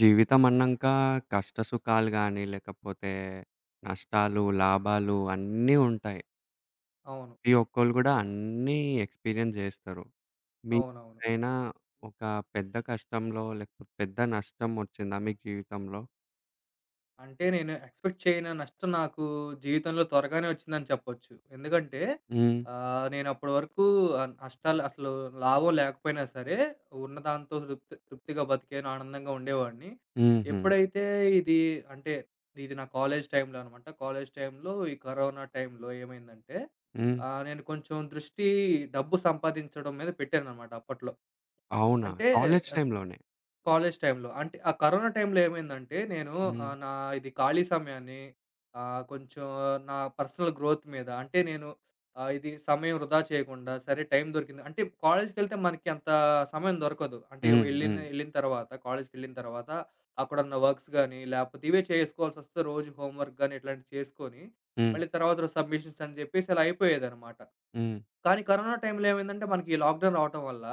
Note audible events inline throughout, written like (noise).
జీవితం అన్నంక కష్ట సుఖాలు గాని, లేకపోతే నష్టాలు, లాభాలు అన్నీ ఉంటాయి. అవును. ప్రతి ఒక్కళ్ళు గూడా అన్నీ ఎక్స్‌పీరియన్స్ జేస్తారు. అవునవును. మీకెప్పుడైనా ఒక పెద్ద కష్టంలో, లేకపోతే పెద్ద నష్టం ఒచ్చిందా మీకు జీవితంలో? అంటే నేను ఎక్స్‌పెక్ట్ చేయని నష్టం నాకు జీవితంలో త్వరగానే వచ్చిందని చెప్పొచ్చు. ఎందుకంటే హ్మ్. నేనప్పటి వరకు నష్టాలు అసలు లాభం లేకపోయినా సరే ఉన్న దాంతో తృప్తిగా బతికాను, ఆనందంగా ఉండేవాడిని. హుహు. ఎప్పుడైతే ఇది అంటే ఇది నా కాలేజ్ టైమ్‌లో అనమాట. కాలేజ్ టైమ్‌లో ఈ కరోనా టైమ్‌లో ఏమైందంటే హ్మ్. నేను కొంచెం దృష్టి డబ్బు సంపాదించడం మీద పెట్టాననమాట అప్పట్లో. అవునా? అంటే కాలేజ్ టైమ్‌లోనే. కాలేజ్ టైంలో. అంటే ఆ కరోనా టైంలో ఏమైందంటే, నేను హ్మ్. నా ఇది ఖాళీ సమయాన్ని కొంచెం నా పర్సనల్ గ్రోత్ మీద అంటే నేను ఇది సమయం వృధా చేయకుండా సరే టైం దొరికింది. అంటే కాలేజ్‌కెళ్తే మనకి అంత సమయం దొరకదు. అంటే హ్మ్. వెళ్ళిన హ్మ్. ఎళ్ళిన తర్వాత కాలేజ్‌కెళ్ళిన తర్వాత అక్కడున్న వర్క్స్ గానీ, లేపోతే ఇవే చేసుకోవాల్సొస్తే రోజు హోమ్ వర్క్ గానీ ఇట్లాంటివి చేసుకొని, హ్మ్. మళ్ళీ తర్వాత రోజు సబ్మిషన్స్ అని జెప్పేసి ఇలా అయిపోయేదనమాట. హ్మ్. కానీ కరోనా టైంలో ఏమైందంటే, మనకి ఈ లాక్‌డౌన్ రావటం వల్ల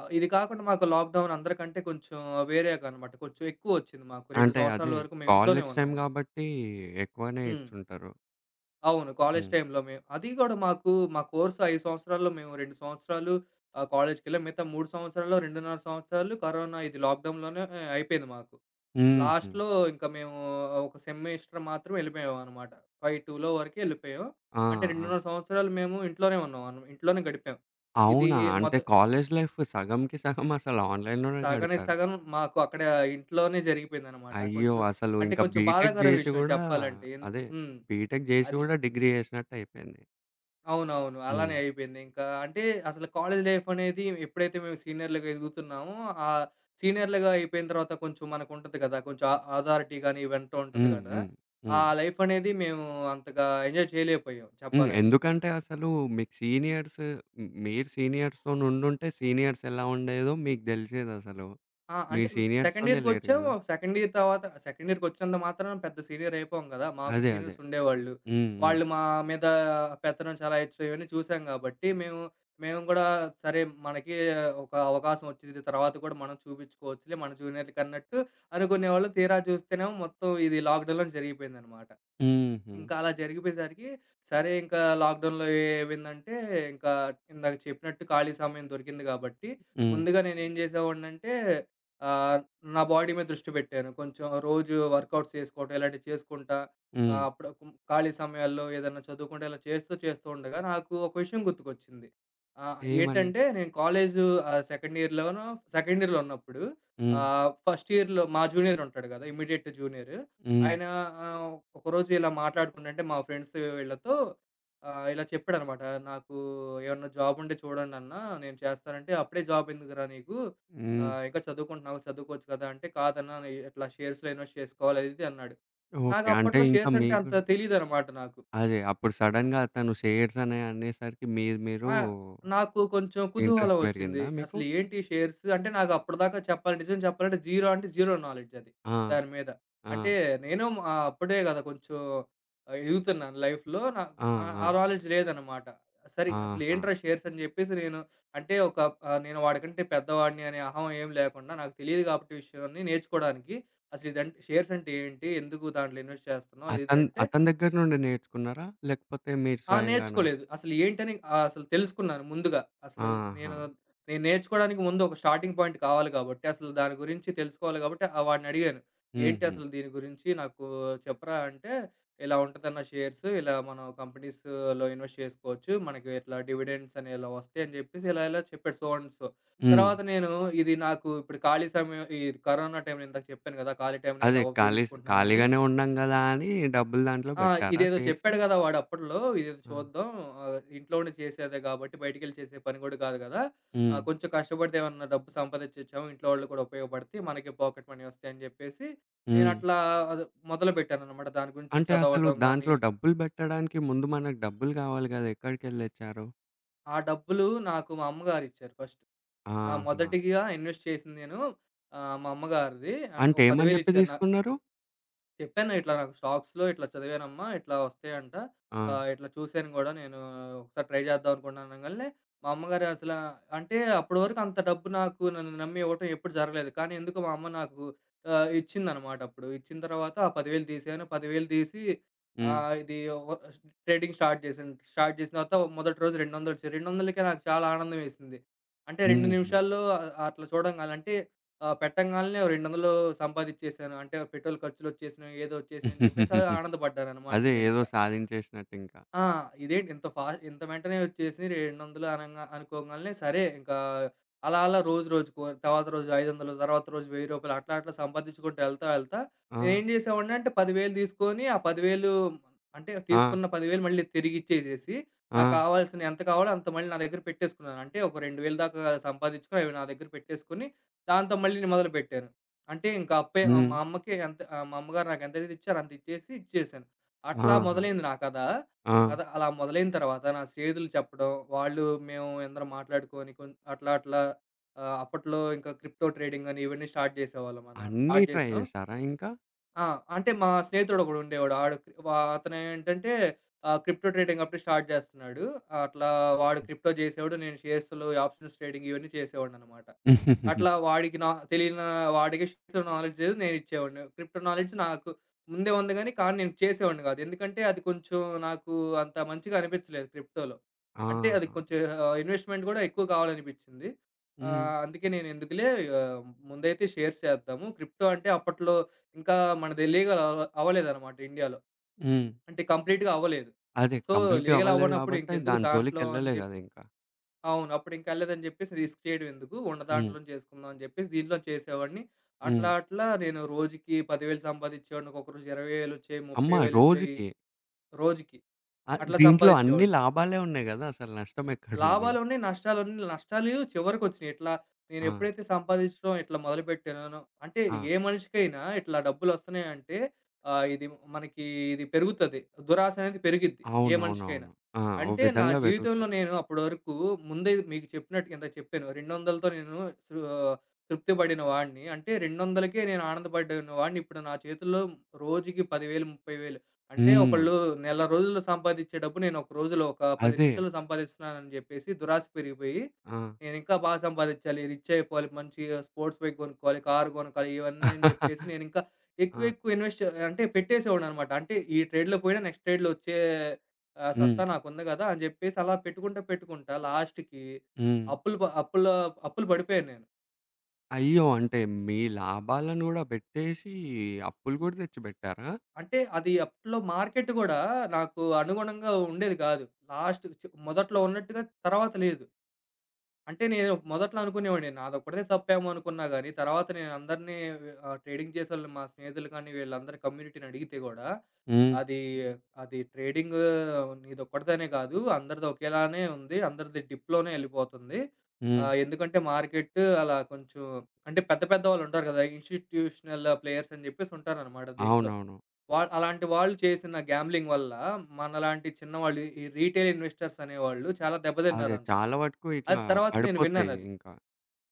ఆ, ఇది కాకుండా మాకు లాక్‌డౌన్ అందరికంటే కొంచెం వేరేగనమాట. కొంచెం ఎక్కువొచ్చింది మాకు. 2 అంటే సంవత్సరాల అదే వరకు మేము ఇంట్లోనే కాలేజ్ టైమ్ ఉన్నాము. గాబట్టి ఎక్కువనే హ్మ్. ఇచ్చుంటారు. అవును. కాలేజ్ హ్మ్. టైమ్‌లో మేము అది గూడా మాకు మా కోర్స్ 5 సంవత్సరాల్లో మేము 2 సంవత్సరాలు కాలేజ్‌కెళ్ళాం. మిగతా 3 సంవత్సరాల్లో 2.5 సంవత్సరాలు కరోనా ఇది లాక్‌డౌన్‌లోనే అయిపోయింది మాకు. హుహు. లాస్ట్‌లో ఇంకా మేము ఒక సెమిస్టర్ మాత్రం ఎళ్ళిపోయామనమాట. 5, 2లో వరకే ఎళ్ళిపోయాం. ఆ! అంటే ఆ! 2.5 సంవత్సరాలు మేము ఇంట్లోనే ఉన్నాం. ఇంట్లోనే గడిపాం. ఇది అవునా? మొద అంటే కాలేజ్ లైఫ్ సగంకి సగం అసలు ఆన్‌లైన్‌లోనే సగానికి గడిపారు. సగం మాకు అక్కడ ఇంట్లోనే జరిగిపోయిందనమాట. అయ్యో! కొంచెం అసలు అంటే ఇంకా కొంచెం బీటెక్ బాధాకర జేసి విషయం గూడా చెప్పాలంటే. అదే హ్మ్. బీటెక్ జేసి అది. గూడా డిగ్రీ జేసినట్టయిపోయింది. అవునవును. అలానే హ్మ్. అయిపోయింది. ఇంకా అంటే అసలు కాలేజ్ లైఫ్ అనేది ఎప్పుడైతే మేము సీనియర్‌లుగా ఎదుగుతున్నామో, ఆ సీనియర్‌లుగా అయిపోయిన తర్వాత కొంచెం మనకుంటది కదా! కొంచెం అథారిటీ గాని ఇవంతా ఉంటది హ్మ్. కదా! హ్మ్. ఆ హ్మ్. లైఫ్ అనేది మేము అంతగా ఎంజాయ్ చేయలేకపోయాం హ్మ్. చెప్పాలంటే. ఎందుకంటే అసలు మీకు సీనియర్స్ హ్మ్. మీరు సీనియర్స్‌తోనుండుంటే సీనియర్స్ ఎలా ఉండేదో మీకు దెలిసేదసలు. ఆ, అంటే మీరు సెకండ్ సీనియర్స్‌తోనే లేరు ఇయర్‌కొచ్చాం. గదా! సెకండ్ ఇయర్ తర్వాత సెకండ్ ఇయర్‌కొచ్చినంత మాత్రాన పెద్ద సీనియర్ అయిపోం గదా! మాకు అదే. అదే. సీనియర్స్ ఉండేవాళ్ళు. హ్మ్. హ్మ్. వాళ్ళు మా మీద పెత్తనం చలాయిచ్చడం ఇవన్నీ చూసాం గాబట్టి, మేము గూడా సరే మనకి ఒక అవకాశం వచ్చింది. తర్వాత గూడా మనం చూపించుకోవచ్చులే మన జూనియర్‌లకన్నట్టు అనుకునేవాళ్ళం. తీరా చూస్తేనేమో మొత్తం ఇది లాక్‌డౌన్‌లోనే జరిగిపోయిందనమాట. హుహు. ఇంకా అలా జరిగిపోయేసరికి, సరే ఇంకా లాక్‌డౌన్‌లో ఏమైందంటే, ఇంకా ఇందాక చెప్పినట్టు ఖాళీ సమయం దొరికింది కాబట్టి, హ్మ్. ముందుగా నేనేం చేసేవాడినంటే ఆహ్, నా బాడీ మీద దృష్టి పెట్టాను. కొంచెం రోజు వర్కౌట్స్ చేసుకోవటం, ఇలాంటివి చేసుకుంటా హ్మ్. అప్పుడు ఖాళీ సమయాల్లో ఏదన్నా చదువుకుంటా ఇలా చేస్తూ, చేస్తూ ఉండగా నాకు ఒక విషయం గుర్తుకొచ్చింది. ఏమని? ఏంటంటే నేను సెకండ్ సెకండ్ ఇయర్‌లో ఉన్నప్పుడు హ్మ్. ఫస్ట్ ఇయర్‌లో మా జూనియర్ ఉంటాడు కదా! Immediate junior. హ్మ్. ఆయన ఆహ్, ఒకరోజు ఇలా మాట్లాడుకుంటుంటే మా ఫ్రెండ్స్ వీళ్ళతో ఇలా చెప్పాడనమాట. "నాకు ఏమన్నా జాబ్ ఉంటే చూడండన్నా నేను చేస్తానంటే." "అప్పుడే జాబ్ ఎందుకురా నీకు? హ్మ్. ఇంకా చదువుకుంటున్నావు చదువుకోవచ్చు కదా!" అంటే "కాదన్నా నీ ఇట్లా షేర్స్‌లో ఇన్వెస్ట్ చేసుకోవాలి" అది ఇది అన్నాడు. ఓకే. నాకు అంటే అప్పట్లో ఇంకా షేర్స్ అంటే మీకు అంత తెలీదనమాట నాకు. అదే. అప్పుడు సడెన్‌గా అతను షేర్స్ అని అనేసరికి మీరు మీరు ఆ, నాకు కొంచెం కుతూహలం ఇంట్రెస్ట్ వచ్చింది. పెరిగిందా మీకు? అసలు ఏంటి షేర్స్ అంటే నాకు అప్పటిదాకా చెప్పాలి నిజం చెప్పాలంటే జీరో అంటే జీరో నాలెడ్జ్ అది ఆ! దాని మీద. ఆ! అంటే నేను అప్పుడే కదా కొంచెం ఎదుగుతున్నాను లైఫ్‌లో. నా ఆ! ఆ! ఆ నాలెడ్జ్ లేదనమాట. సరే అసలు ఆహా! ఏంట్రా షేర్స్ అని చెప్పేసి నేను అంటే ఒక నేను వాడికంటే పెద్దవాడిని అనే అహం ఏం లేకుండా నాకు తెలీదు కాబట్టి విషయాన్ని నేర్చుకోవడానికి అసలు ఇదంటే షేర్స్ అంటే ఏంటి? ఎందుకు దాంట్లో ఇన్వెస్ట్ చేస్తున్నావు? అది ఇది అంటే అతని దగ్గర నుండి నేర్చుకున్నారా? లేకపోతే మీరు ఆ, స్వయంగానా? నేర్చుకోలేదు. అసలు ఏంటని అసలు తెలుసుకున్నాను ముందుగా. అసలు ఆహా! నేను, నేను నేర్చుకోవడానికి ముందు ఒక స్టార్టింగ్ పాయింట్ కావాలి కాబట్టి, అసలు దాని గురించి తెలుసుకోవాలి కాబట్టి, వాడిని అడిగాను. "ఏంటి హుహు. అసలు దీని గురించి నాకు చెప్పరా" అంటే, "ఇలా ఉంటదన్న షేర్స్, ఇలా మనం కంపెనీస్‌లో ఇన్వెస్ట్ చేసుకోవచ్చు. మనకి ఇట్లా డివిడెండ్స్ అని ఇలా వస్తాయి" అని చెప్పేసి ఇలా చెప్పాడు. So and so. హ్మ్. తర్వాత నేను ఇది నాకు ఇప్పుడు ఖాళీ సమయం ఈ కరోనా టైంలో ఇందాక చెప్పాను కదా! ఖాళీ టైంని ఇలా అదే ఉపయోగించుకుంటున్నానని. ఖాళీగానే ఉన్నాం గదా! అని డబ్బులు దాంట్లో ఆ, బెట్టారా ఇదేదో షేర్స్‌లో? చెప్పాడు గదా! వాడు అప్పట్లో ఇదేదో ఆ! చూద్దాం ఇంట్లో ఉండి చేసేదే గాబట్టి బయటికెళ్ళి చేసే పని గూడా కాదు గదా! హ్మ్. కొంచెం కష్టపడితే ఏమన్నా డబ్బు సంపాదించొచ్చేమో ఇంట్లో వాళ్ళకి కూడా ఉపయోగపడతాయి. మనకి పాకెట్ మనీ వస్తాయని జెప్పేసి హ్మ్. నేనట్లా అది మొదలుపెట్టాననమాట. దాని గురించి అంటే అసలు చదవటం గానీ, దాంట్లో డబ్బులు బెట్టడానికి ముందు మనకు డబ్బులు గావాలి గదా! ఎక్కడికెళ్ళి తెచ్చారు? ఆ డబ్బులు నాకు మా అమ్మగారిచ్చారు ఫస్ట్. నా ఆహా! మొదటిగా ఇన్వెస్ట్ చేసింది నేను మా అమ్మగారిది. అంటే ఒక అంటే ఏమని 10,000 జెప్పి ఇచ్చారు. నా తీసుకున్నారు? చెప్పాను. ఇట్లా నాకు స్టాక్స్‌లో ఇట్లా చదివానమ్మా, ఇట్లా వస్తాయంట. ఆ! ఇట్లా చూసాను గూడా నేను ఒకసారి ట్రై చేద్దాం అనుకుంటున్నాను అనంగాల్నే, మా అమ్మగారు అంటే అప్పటి వరకు అంత డబ్బు నాకు నన్ను నమ్మి ఇవ్వటం ఎప్పుడు జరగలేదు. కానీ ఎందుకో మా అమ్మ నాకు ఇచ్చిందనమాట అప్పుడు. ఇచ్చిన తర్వాత ఆ 10,000 తీశాను. 10,000 తీసి హ్మ్. ఆహ్, ఇది వ ట్రేడింగ్ స్టార్ట్ చేశాను. స్టార్ట్ చేసిన తర్వాత మొదటి రోజు 200 వచ్చాయి. 200కే నాకు చాలా ఆనందం వేసింది. అంటే 2 హుహు. నిమిషాల్లో అట్లా చూడంగాలంటే ఆ, పెట్టంగాల్నే ఓ 200 సంపాదిచ్చేసాను. అంటే పెట్రోల్ ఖర్చులొచ్చేసినాయి, ఏదో వచ్చేసినాయి అని చెప్పేసి (laughs) ఆనందపడ్డాననమాట అదే ఏదో నేనింక. సాధించేసినట్టింకా. ఆ, ఇదేంటి ఇంత వెంటనే వచ్చేసి 200 అనంగా అనుకోంగాల్నే సరే ఇంకా అలా అలా రోజు రోజుకో తర్వాత రోజు 500 తర్వాత రోజు రూ. 1,000 అట్లా అట్లా సంపాదించుకుంటూ ఎళ్తా ఎళ్తా ఆ! నేనేం చేసేవాడిని అంటే 10,000 తీసుకొని ఆ 10,000 అంటే ఆ! తీసుకున్న 10,000 మళ్ళీ తిరిగిచ్చేసేసి ఆ! నాకు కావాల్సిన ఎంత కావాలో అంత మళ్ళీ నా దగ్గర పెట్టేసుకున్నాను. అంటే ఒక 2,000 దాకా సంపాదించుకొని అవి నా దగ్గర పెట్టేసుకొని దాంతో మళ్ళీ నేను మొదలుపెట్టాను. అంటే ఇంకా అప్పే హ్మ్. మా అమ్మకి ఎంత మా అమ్మగారు నాకు ఎంతైతే ఇచ్చారో అంత ఇచ్చేసాను. అట్లా ఆహా! మొదలైంది నా కథ. ఆ! కథ అలా మొదలైన తర్వాత నా స్నేహితులు చెప్పడం, వాళ్ళు మేము అందరం మాట్లాడుకొని అట్లా అట్లా అప్పట్లో ఇంకా క్రిప్టో ట్రేడింగ్ అని ఇవన్నీ స్టార్ట్ చేసేవాళ్ళం మన అన్నీ స్టార్ట్ ట్రై చేసాం. జేశారా ఇంకా? ఆ, అంటే మా స్నేహితుడొకడు ఉండేవాడు. ఆడు వా అతనేంటంటే క్రిప్టో ట్రేడింగ్ అప్పుడే స్టార్ట్ చేస్తున్నాడు. అట్లా వాడు క్రిప్టో చేసేవాడు. నేను షేర్స్‌లో ఆప్షన్స్ ట్రేడింగ్ ఇవన్నీ చేసేవాడిననమాట. అట్లా (laughs) వాడికి నా తెలియన వాడికి షేర్స్‌లో నాలెడ్జ్ నేనిచ్చేవాడిని. క్రిప్టో నాలెడ్జ్ నాకు ముందే ఉంది గానీ, కానీ నేను చేసేవాడిని కాదు. ఎందుకంటే అది కొంచెం నాకు అంత మంచిగా అనిపించలేదు క్రిప్టోలో. అంటే అది ఆహా! కొంచెం ఇన్వెస్ట్‌మెంట్ కూడా ఎక్కువ కావాలనిపించింది. హ్మ్. అందుకే నేనెందుకులే ఆహ్, ముందైతే షేర్స్ చేద్దాము. క్రిప్టో అంటే అప్పట్లో ఇంకా మనది లీగల్ అవ్వలేదనమాట ఇండియాలో. హ్మ్. అంటే కంప్లీట్‌గా అవ్వలేదు. అదే సో, కంప్లీట్‌గా లీగల్ అవ్వలేదు అవ్వనప్పుడు గాబట్టి ఇంకెందుకు దాని దాంట్లో అని జోలికెళ్ళలే గదా! ఇంకా. అవును. అప్పుడు ఇంకెళ్ళలేదని జెప్పేసి రిస్క్ చేయడం ఎందుకు? ఉన్న హ్మ్. దాంట్లోనే చేసుకుందాం అని జెప్పేసి దీంట్లో చేసేవాడిని. హ్మ్. అట్లా అట్లా నేను రోజుకి 10,000 సంపాదిచ్చేవాడిని. ఒక్కొక్క రోజు 20,000 ఒచ్చేయి, అమ్మ! 30,000 ఒచ్చేయి. రోజుకి. రోజుకి. ఆహ్, అట్లా దీంట్లో అన్ని సంపాదిచ్చేవాడిని. లాభాలే ఉన్నాయి గదా! అసలు నష్టమెక్కడుంది? లాభాలున్నాయి, నష్టాలున్నాయి. నష్టాలు చివరకొచ్చినియి. ఇట్లా ఆ! నేనెప్పుడైతే సంపాదించడం ఇట్లా మొదలుపెట్టానో అంటే ఆ! ఏ మనిషికైనా ఇట్లా డబ్బులొస్తున్నాయంటే ఇది మనకి ఇది పెరుగుతది. దురాశ అనేది పెరిగిద్ది ఏ మనిషికైనా. అవునవునవును. ఆ! ఓ అంటే నా విధంగా జీవితంలో పెరుగుతాయి. నేను అప్పటి వరకు ముందే మీకు చెప్పినట్టు ఇందాక చెప్పాను. 200లతో నేను సృ తృప్తి పడిన వాడిని. అంటే 200కే నేను ఆనందపడిన వాడిని. ఇప్పుడు నా చేతుల్లో రోజుకి 10,000, 30,000 అంటే హ్మ్. ఒకళ్ళు నెల రోజుల్లో సంపాదిచ్చే డబ్బు నేను ఒక రోజులో ఒక 10 అదే. నిమిషాల్లో సంపాదిస్తున్నానని జెప్పేసి దురాశ పెరిగిపోయి, ఆ! నేనింకా బాగా సంపాదిచ్చాలి, రిచ్ అయిపోవాలి, మంచిగా స్పోర్ట్స్ బైక్ గొనుక్కోవాలి, కారు గొనక్కాలి ఇవన్నీ అని జెప్పేసి (laughs) నేనింకా ఎక్కువ ఆ! ఎక్కువ ఇన్వెస్ట్ అంటే పెట్టేసేవాడిననమాట. అంటే ఈ ట్రేడ్‌లో పోయినా నెక్స్ట్ ట్రేడ్‌లో వచ్చే హ్మ్. సత్తా నాకుంది గదా! అని జెప్పేసి అలా పెట్టుకుంటా లాస్ట్‌కి హ్మ్. అప్పులు ప అప్పుల అప్పులు పడిపోయాను నేను. అయ్యో! అంటే మీ లాభాలను గూడా బెట్టేసి అప్పులు గూడా తెచ్చిబెట్టారా? అంటే అది అప్పట్లో మార్కెట్ గూడా నాకు అనుగుణంగా ఉండేది గాదు. లాస్ట్ చ్ మొదట్లో ఉన్నట్టుగా తర్వాత లేదు. అంటే నేను మొదట్లో అనుకునేవాడిని. నాదొక్కడిదే తప్పేమో అనుకున్నా గానీ, తర్వాత నేను అందరిని ట్రేడింగ్ చేసేవాళ్ళని మా స్నేహితులు కానీ, వీళ్ళందరి కమ్యూనిటీని అడిగితే గూడా, హ్మ్. అది, అది ట్రేడింగ్ నీదొక్కడిదనే కాదు. అందరిది ఒకేలానే ఉంది. అందరిది డిప్‌లోనే ఎళ్ళిపోతుంది. హ్మ్. ఎందుకంటే మార్కెట్ అలా కొంచెం అంటే పెద్ద పెద్ద వాళ్ళుంటారు కదా! ఇన్‌స్టిట్యూషనల్ ప్లేయర్స్ అని చెప్పేసి ఉంటారనమాట దీంట్లో. అవునవును. అలాంటి వాళ్ళు చేసిన గ్యాంబ్లింగ్ వల్ల మనలాంటి చిన్నవాళ్ళు ఈ రీటైల్ ఇన్వెస్టర్స్ అనేవాళ్ళు చాలా అదే దెబ్బతిన్నారంట. చాలా వరకు ఇట్లా అది తర్వాత నేను పడిపోతాయి విన్నానది. ఇంకా.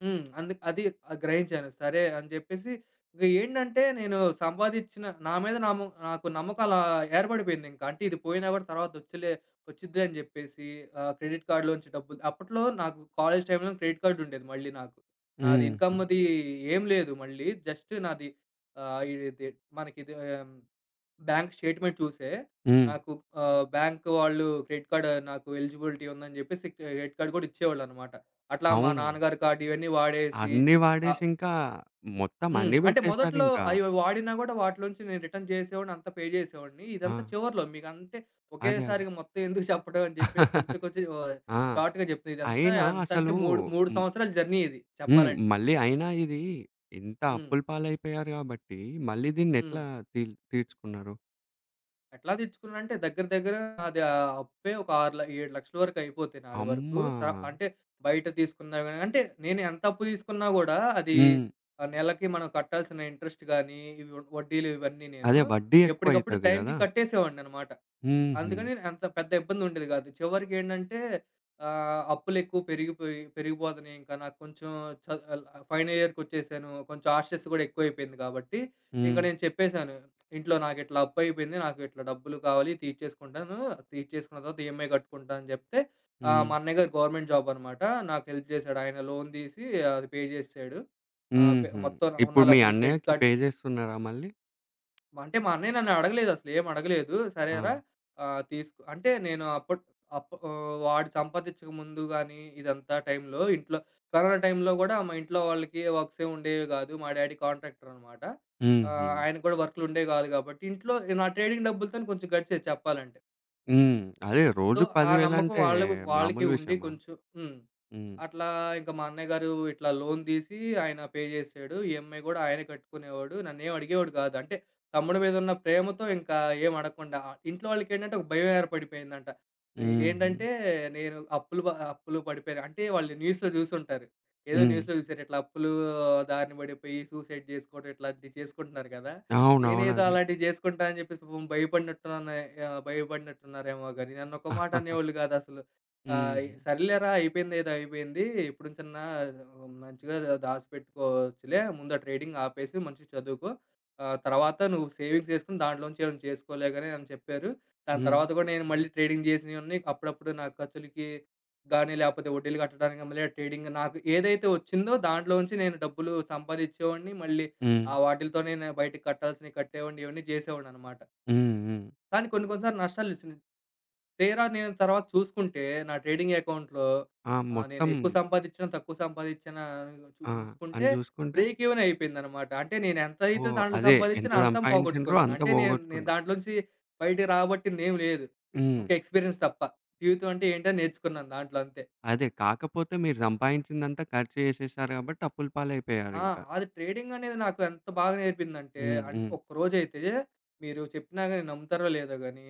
హ్మ్. అందుకు అది గ్రహించాను. సరే అని జెప్పేసి ఇంక ఏంటంటే నేను సంపాదిచ్చిన నా మీద నమ్మ నాకు నమ్మకం అలా ఏర్పడిపోయిందింక. అంటే ఇది పోయినా గూడా తర్వాత వచ్చిద్ది అని జెప్పేసి క్రెడిట్ కార్డ్‌లోంచి డబ్బులు అప్పట్లో నాకు కాలేజ్ టైమ్‌లో క్రెడిట్ కార్డ్ ఉండేది మళ్ళీ నాకు. నాది హ్మ్. ఇన్‌కమ్‌ది ఏం లేదు మళ్ళీ. జస్ట్ నాది ఆహ్, ఇది మనకిది బ్యాంక్ స్టేట్‌మెంట్ చూసే హ్మ్. నాకు బ్యాంక్ వాళ్ళు క్రెడిట్ కార్డ్ నాకు ఎలిజిబిలిటీ ఉందని జెప్పేసి క్రెడిట్ కార్డ్ గూడా ఇచ్చేవాళ్ళనమాట. అట్లా మా అవునా? నాన్నగారి కార్డ్ ఇవన్నీ వాడేసి అన్నీ వాడేసి ఆహ్, ఇంకా మొత్తం హ్మ్. అన్నీ అంటే మొదట్లో బెట్టేసారింకా. వాడినా గూడా వాటిలోంచి నేను రిటర్న్ చేసేవాడిని. అంతా పే చేసేవాడిని. ఆ! ఇదంతా చివర్లో మీకంటే అదే. అదే. ఒకేసారిగా మొత్తం ఎందుకు చెప్పడం అని జెప్పేసి కొంచెం (laughs) కొంచెం ఆ! షార్ట్‌గా జెప్తున్నా. ఇదంతా అయినా ఎంతంటే అసలు 3, 3 హ్మ్. సంవత్సరాల జర్నీ ఇది హ్మ్. చెప్పాలంటే. మళ్ళీ అయినా ఇది ఇంత హ్మ్. అప్పుల పాలైపోయారు గాబట్టి మళ్ళీ హ్మ్. దీన్నెట్లా తీ తీర్చుకున్నారు? ఎట్లా తెచ్చుకున్నానంటే దగ్గర దగ్గర నాది ఆ అప్పే ఒక 6 ల 7,00,000 వరకు అయిపోతే నాది వరకు. అమ్మా! అంటే బయట తీసుకున్నా గాని అంటే నేను ఎంత అప్పు తీసుకున్నా గూడా అది హ్మ్. నెలకి మనం కట్టాల్సిన ఇంట్రెస్ట్ గానీ, వడ్డీలు ఇవన్నీ నేను అదే వడ్డీ ఎప్పటికప్పుడు ఎక్కువైతది టైంకి గదా! కట్టేసేవాడిననమాట. హుహు. అందుకని అంత పెద్ద ఇబ్బందుండేది గాదు. చివరికేంటంటే అప్పులెక్కువ పెరిగిపోతున్నాయి. ఇంకా నాకు కొంచెం చ ఫైనల్ ఇయర్‌కొచ్చేసాను. కొంచెం ఆషస్ గూడా ఎక్కువైపోయింది కాబట్టి, ఇంక హ్మ్. నేను చెప్పేసాను. ఇంట్లో నాకిట్లా అప్పయిపోయింది. నాకు ఇట్లా డబ్బులు కావాలి తీర్చేసుకుంటాను. తీర్చేసుకున్న తర్వాత ఈఎంఐ కట్టుకుంటా అని జెప్తే హ్మ్. మా అన్నయ్య గారు గవర్నమెంట్ జాబ్ అనమాట. నాకు హెల్ప్ జేశాడు. ఆయన లోన్ దీసి అది పే జేసేసాడు. ఆహ్, పె హుహు. మొత్తం ఇప్పుడు ఉన్న మీ అప్పులు ఈ క్రెడిట్ అన్నయ్యకి కార్డ్ పే జేస్తున్నారా మళ్ళీ? అంటే మా అన్నయ్య నన్ను అడగలేదు అసలు ఏం అడగలేదు. ఆ! సరేరా తీసుకో అంటే నేను వాడు సంపాదించక ముందు గాని ఇదంతా టైంలో ఇంట్లో కరోనా టైంలో గూడా మా ఇంట్లో వాళ్ళకి వర్క్స్ ఏమి ఉండేవి గాదు. మా డ్యాడీ కాంట్రాక్టర్ అనమాట. హుహు. ఆయనకు కూడా వర్క్‌లు ఉండేవి గాదు కాబట్టి ఇంట్లో నా ట్రేడింగ్ డబ్బులతోనే కొంచెం గడిచేది చెప్పాలంటే. హ్మ్. అదే సో, రోజు ఆ 10,000 నమ్మకం అంటే వాళ్ళకి మామూలు ఉండి విషయమా? కొంచెం హ్మ్. హ్మ్. అట్లా ఇంక మా అన్నయ్య గారు ఇట్లా లోన్ తీసి ఆయన పే చేసాడు. ఈఎంఐ గూడా ఆయనే కట్టుకునేవాడు. నన్నేం అడిగేవాడు కాదు. అంటే తమ్ముడి మీదున్న ప్రేమతో ఇంకా ఏం అడగకుండా ఇంట్లో వాళ్ళకేంటంటే ఒక భయం ఏర్పడిపోయిందంట. ఏ- హుహు. ఏంటంటే నేను అప్పులు పడిపోయాను. అంటే వాళ్ళు న్యూస్‌లో జూసుంటారు. ఏదో హ్మ్. న్యూస్‌లో జూసారు. ఇట్లా అప్పులు దారిన పడిపోయి సూసైడ్ జేసుకోవడం ఇట్లాంటివి చేసుకుంటున్నారు కదా! అవునవును. నేనేదో అదే. అలాంటివి చేసుకుంటా అని జెప్పేసి పాపం భయపడినట్టున్నారేమో గాని నన్నొక మాట అనేవాళ్ళు గాదసలు. ఆ, హుహు. సర్లేరా అయిపోయింది ఏదో అయిపోయింది. ఇప్పుడు చిన్న మంచిగా దాసిపెట్టుకోవచ్చులే. ముందు ఆ ట్రేడింగ్ ఆపేసి మంచిగా చదువుకో. తర్వాత నువ్వు సేవింగ్స్ చేసుకొని దాంట్లోంచి ఏమైనా చేసుకోలే గాని అని చెప్పారు. దాని హ్మ్. తర్వాత కూడా నేను మళ్ళీ ట్రేడింగ్ చేసినయన్నీ అప్పుడప్పుడు నా ఖర్చులకి గాని, లేకపోతే వడ్డీలు కట్టడానికి మళ్ళీ ట్రేడింగ్ నాకు ఏదైతే వచ్చిందో దాంట్లోంచి నేను డబ్బులు సంపాదిచ్చేవాడిని. మళ్ళీ హ్మ్. ఆ వాటిలతోనే నేను బయటికి కట్టాల్సినవి కట్టేవాడిని. ఇవన్నీ చేసేవాడిననమాట. హ్మ్. హ్మ్. కానీ కొన్ని కొన్ని సార్లు నష్టాలొచ్చినియి. తీరా నేను తర్వాత చూసుకుంటే నా ట్రేడింగ్ అకౌంట్‌లో ఆ! నేను మొత్తం ఎక్కువ సంపాదించినా, తక్కువ సంపాదించినా ఆ! అని చూసుకుంటే జూసుకుంటే బ్రేక్ ఈవెన్ అయిపోయిందనమాట. అంటే నేను ఎంతైతే ఓహ్! దాంట్లో అదే ఎంత సంపాదించినా అంతం సంపాదించిండ్రో పోగొట్టుకున్నాను. అంత అంటే నేను నేను పోగొట్టుకున్నారు. దాంట్లోంచి బయటికి రాబట్టిందేం లేదు. హ్మ్. ఒక ఎక్స్‌పీరియన్స్ తప్ప. జీవితం అంటే ఏంటో నేర్చుకున్నాను దాంట్లో అంతే. అదే కాకపోతే మీరు సంపాదించిందంతా ఖర్చు జేసేసారు గాబట్టి అప్పుల ఆ, పాలైపోయారింక. అది ట్రేడింగనేది నాకు ఎంత బాగా నేర్పిందంటే, హ్మ్. అంటే హ్మ్. ఒక్కరోజైతే మీరు చెప్పినా గాని నమ్ముతారో లేదో గాని,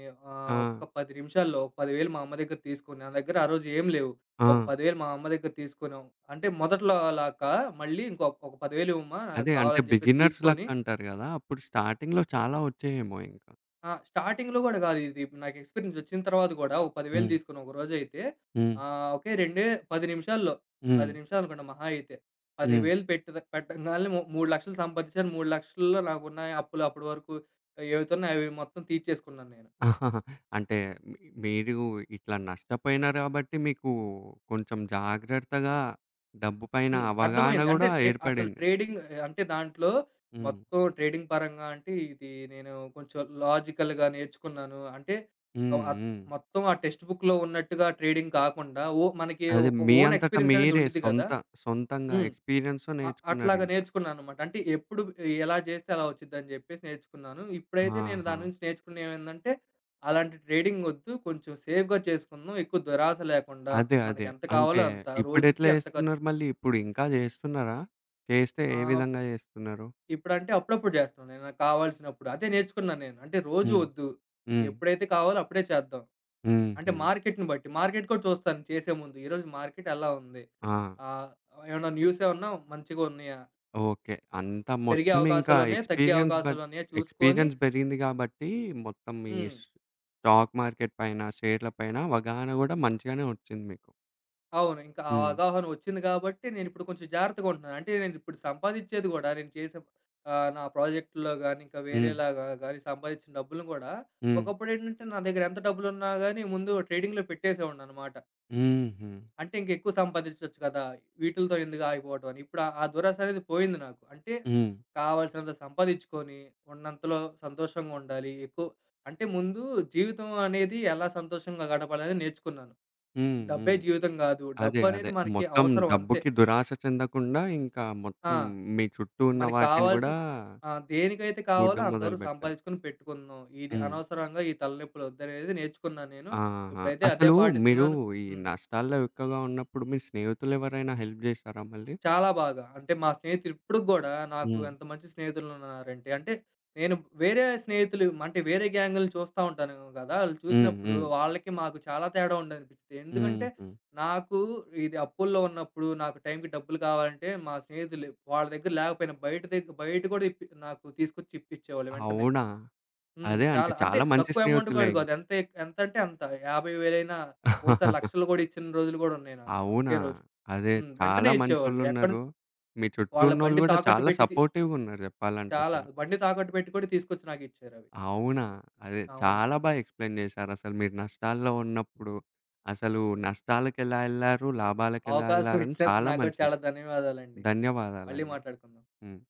ఆ! ఒక్క 10 నిమిషాల్లో 10,000 మా అమ్మ దగ్గర తీసుకొని, నా దగ్గర ఆ రోజు ఏం లేవు. ఒక ఆ! 10,000 మా అమ్మ దగ్గర తీసుకున్నాం. అంటే మొదట్లో అలా కా మళ్ళీ ఇంకో ఒక 10,000 ఇవ్వమ్మా నాకు అదే అంటే కావాలని చెప్పేసి బిగినర్స్ లక్ తీసుకొని, అంటారు గదా! అప్పుడు స్టార్టింగ్‌లో చాలా వచ్చాయేమో ఇంకా. ఆ, స్టార్టింగ్‌లో గూడా గాదు. ఇది నాకు ఎక్స్‌పీరియన్స్ వచ్చిన తర్వాత గూడా ఒక 10,000 హ్మ్. తీసుకున్నా ఒకరోజైతే. హ్మ్. ఆహ్, ఒకే రెండే 10 నిమిషాల్లో, హ్మ్. 10 నిమిషాలు అనుకున్నా మహా అయితే. హ్మ్. 10,000 పెట్టద పెట్టంగాల్నే 3,00,000 సంపాదించాను. 3,00,000లో నాకున్న అప్పులు అప్పటి వరకు ఏవైతే ఉన్నాయో అవి మొత్తం తీర్చేసుకున్నాను నేను. (laughs) అంటే మీ మీరు ఇట్లా నష్టపోయినారు గాబట్టి మీకు కొంచెం జాగ్రత్తగా డబ్బు పైన హ్మ్. అవగాహన అర్థమైంది. అంటే గూడా ట్రే అసలు ఏర్పడింది. ట్రేడింగ్ అంటే దాంట్లో హ్మ్. మొత్తం ట్రేడింగ్ పరంగా అంటే ఇది నేను కొంచెం లాజికల్‌గా నేర్చుకున్నాను. అంటే ఆహ్, హ్మ్. అత్ హ్మ్. మొత్తం ఆ టెక్స్ట్ బుక్‌లో ఉన్నట్టుగా ట్రేడింగ్ కాకుండా ఓ మనకి అదే ఒక మీ ఓన్ అంతట ఎక్స్‌పీరియన్స్ అనేది మీరే ఉండిద్ది కదా! సొంతంగా హ్మ్. ఎక్స్‌పీరియన్స్‌తో అట్లాగా నేర్చుకున్నారింకా. నేర్చుకున్నాననమాట. అంటే ఎప్పుడు ఎలా చేస్తే అలా వచ్చిద్దని చెప్పేసి నేర్చుకున్నాను. ఇప్పుడైతే నేను ఆహా! దాని నుంచి నేర్చుకున్నది ఏమైందంటే అలాంటి ట్రేడింగ్ వద్దు. కొంచెం సేఫ్‌గా చేసుకుందాం. ఎక్కువ దురాశ లేకుండా అదే. అదే. మనకెంత అంటే కావాలో అంత రోజుకి ఇప్పుడెట్లా ఎంత ఖర్చు జేస్తున్నారు మళ్ళీ? ఇప్పుడు ఇంకా జేస్తున్నారా? చేస్తే ఏ ఆహ్, విధంగా జేస్తున్నారు? ఇప్పుడంటే అప్పుడప్పుడు జేస్తాను. నేను నాకు కావాల్సినప్పుడు. అదే నేర్చుకున్నాను నేను. అంటే రోజు హ్మ్. ఒద్దు. హ్మ్. ఎప్పుడైతే కావాలో అప్పుడే చేద్దాం. అంటే హుహు. మార్కెట్‌ని బట్టి. మార్కెట్ కూడా చూస్తాను చేసే ముందు. ఈరోజు మార్కెట్ ఎలా ఉంది? ఆ! ఆహ్, ఏమన్నా న్యూసేమన్నా మంచిగున్నాయా? ఓకే. అంతా పెరిగే మొత్తం ఇంకా అవకాశాలున్నాయా? తగ్గే అవకాశాలున్నాయా? చూసుకొని ఎక్స్‌పీరియన్స్ బెరిగింది గాబట్టి, మొత్తం ఈ హ్మ్. స్ స్టాక్ మార్కెట్ పైన, షేర్ల పైన అవగాహన గూడా మంచిగానే ఒచ్చింది మీకు. అవును. ఇంకా ఆ హ్మ్. అవగాహన వచ్చింది గాబట్టి, నేనిప్పుడు కొంచెం జాగ్రత్తగా ఉంటున్నాను. అంటే నేనిప్పుడు సంపాదిచ్చేది గూడా నేను చేసే నా ప్రాజెక్ట్‌లో గానీ, ఇంకా హ్మ్. వేరేలాగా గానీ సంపాదిచ్చిన డబ్బులుని గూడా, హ్మ్. ఒకప్పుడేంటంటే నా దగ్గర ఎంత డబ్బులున్నా గానీ ముందు ట్రేడింగ్‌లో పెట్టేసేవాడిననమాట. హుహు. అంటే ఇంకెక్కువ సంపాదించొచ్చు కదా! వీటిలతో ఎందుకు ఆగిపోవటం అని. ఇప్పుడు ఆ ఆ దురాశ అనేది పోయింది నాకు. అంటే హ్మ్. కావాల్సినంత సంపాదించుకొని, ఉన్నంతలో సంతోషంగా ఉండాలి. ఎక్కువ అంటే ముందు జీవితం అనేది ఎలా సంతోషంగా గడపాలనేది నేర్చుకున్నాను. హ్మ్. డబ్బే హ్మ్. జీవితం కాదు. అదే. అదే. డబ్బనేది మనకి మొత్తం అవసరం అంతే. డబ్బుకి దురాశ చెందకుండా, ఇంకా ఆ, మొత్తం మీ చుట్టూ ఉన్న మనకి వాటిని గూడా కావాల్సింది ఆ, దేనికైతే కావాలో చూడడం అంతవరకు మొదలుపెట్టా. సంపాదించుకొని పెట్టుకుందాం. ఇది హ్మ్. అనవసరంగా ఈ తలనొప్పులు వద్దనేది నేర్చుకున్నాను నేను. ఆహా! ఇప్పుడైతే అదే అసలు మీరు పాటిస్తున్నాను. ఈ హ్మ్. నష్టాల్లో ఎక్కువగా ఉన్నప్పుడు మీ స్నేహితులెవరైనా హెల్ప్ జేశారా మళ్ళీ? చాలా బాగా. అంటే మా స్నేహితులు ఇప్పటికి గూడా నాకు హ్మ్. ఎంత మంచి స్నేహితులున్నారంటే, అంటే నేను వేరే స్నేహితులు అంటే వేరే గ్యాంగుల్ని చూస్తా ఉంటాను గదా! ఆళ్ళు హ్మ్. చూసినప్పుడు హ్మ్. వాళ్ళకి మాకు చాలా తేడా ఉందనిపిచ్చిద్ది. ఎందుకంటే హుహు. నాకు ఇది అప్పుల్లో ఉన్నప్పుడు నాకు టైంకి డబ్బులు కావాలంటే మా స్నేహితులు వాళ్ళ దగ్గర లేకపోయినా బయట గూడా ఇప్పి నాకు తీసుకొచ్చి ఇప్పిచ్చేవాళ్ళు వెంటనే. అవునా? హ్మ్. అదే అంటే చాలా అంటే చాలా మంచి తక్కువ అమౌంట్ స్నేహితులే గూడా ఇంక. కాదు. ఎంతంటే అంత 50,000 అయినా, ఓసారి లక్షలు గూడా ఇచ్చిన రోజులు గూడా ఉన్నాయి నాకు అవునా? ఒకే రోజు. అదే హ్మ్. వెంటనే చాలా ఇచ్చేవాళ్ళు. ఎక్కడ మంచోళ్ళున్నారు. మీ చుట్టూ వాళ్ళ ఉన్నోళ్ళు బండి గూడా తాకట్టు చాలా పెట్టి తి సపోర్టివ్‌గున్నారు జెప్పాలంటే చాలా. అసలు. బండి తాకట్టు పెట్టి కూడా తీసుకొచ్చి నాకిచ్చారవి. అవునా? అదే అవును. చాలా బా ఎక్స్‌ప్లెయిన్ చేశారసలు మీరు నష్టాల్లో ఉన్నప్పుడు, అసలు హ్మ్. నష్టాలకెలా ఎళ్లారు, లాభాలకెలా అవకాశం ఎళ్లారని ఇచ్చినందుకు చాలా నాకు కూడా మంచిగా చాలా ధన్యవాదాలండి. మళ్ళీ ధన్యవాదాలండి. మాట్లాడుకుందాం. హ్మ్.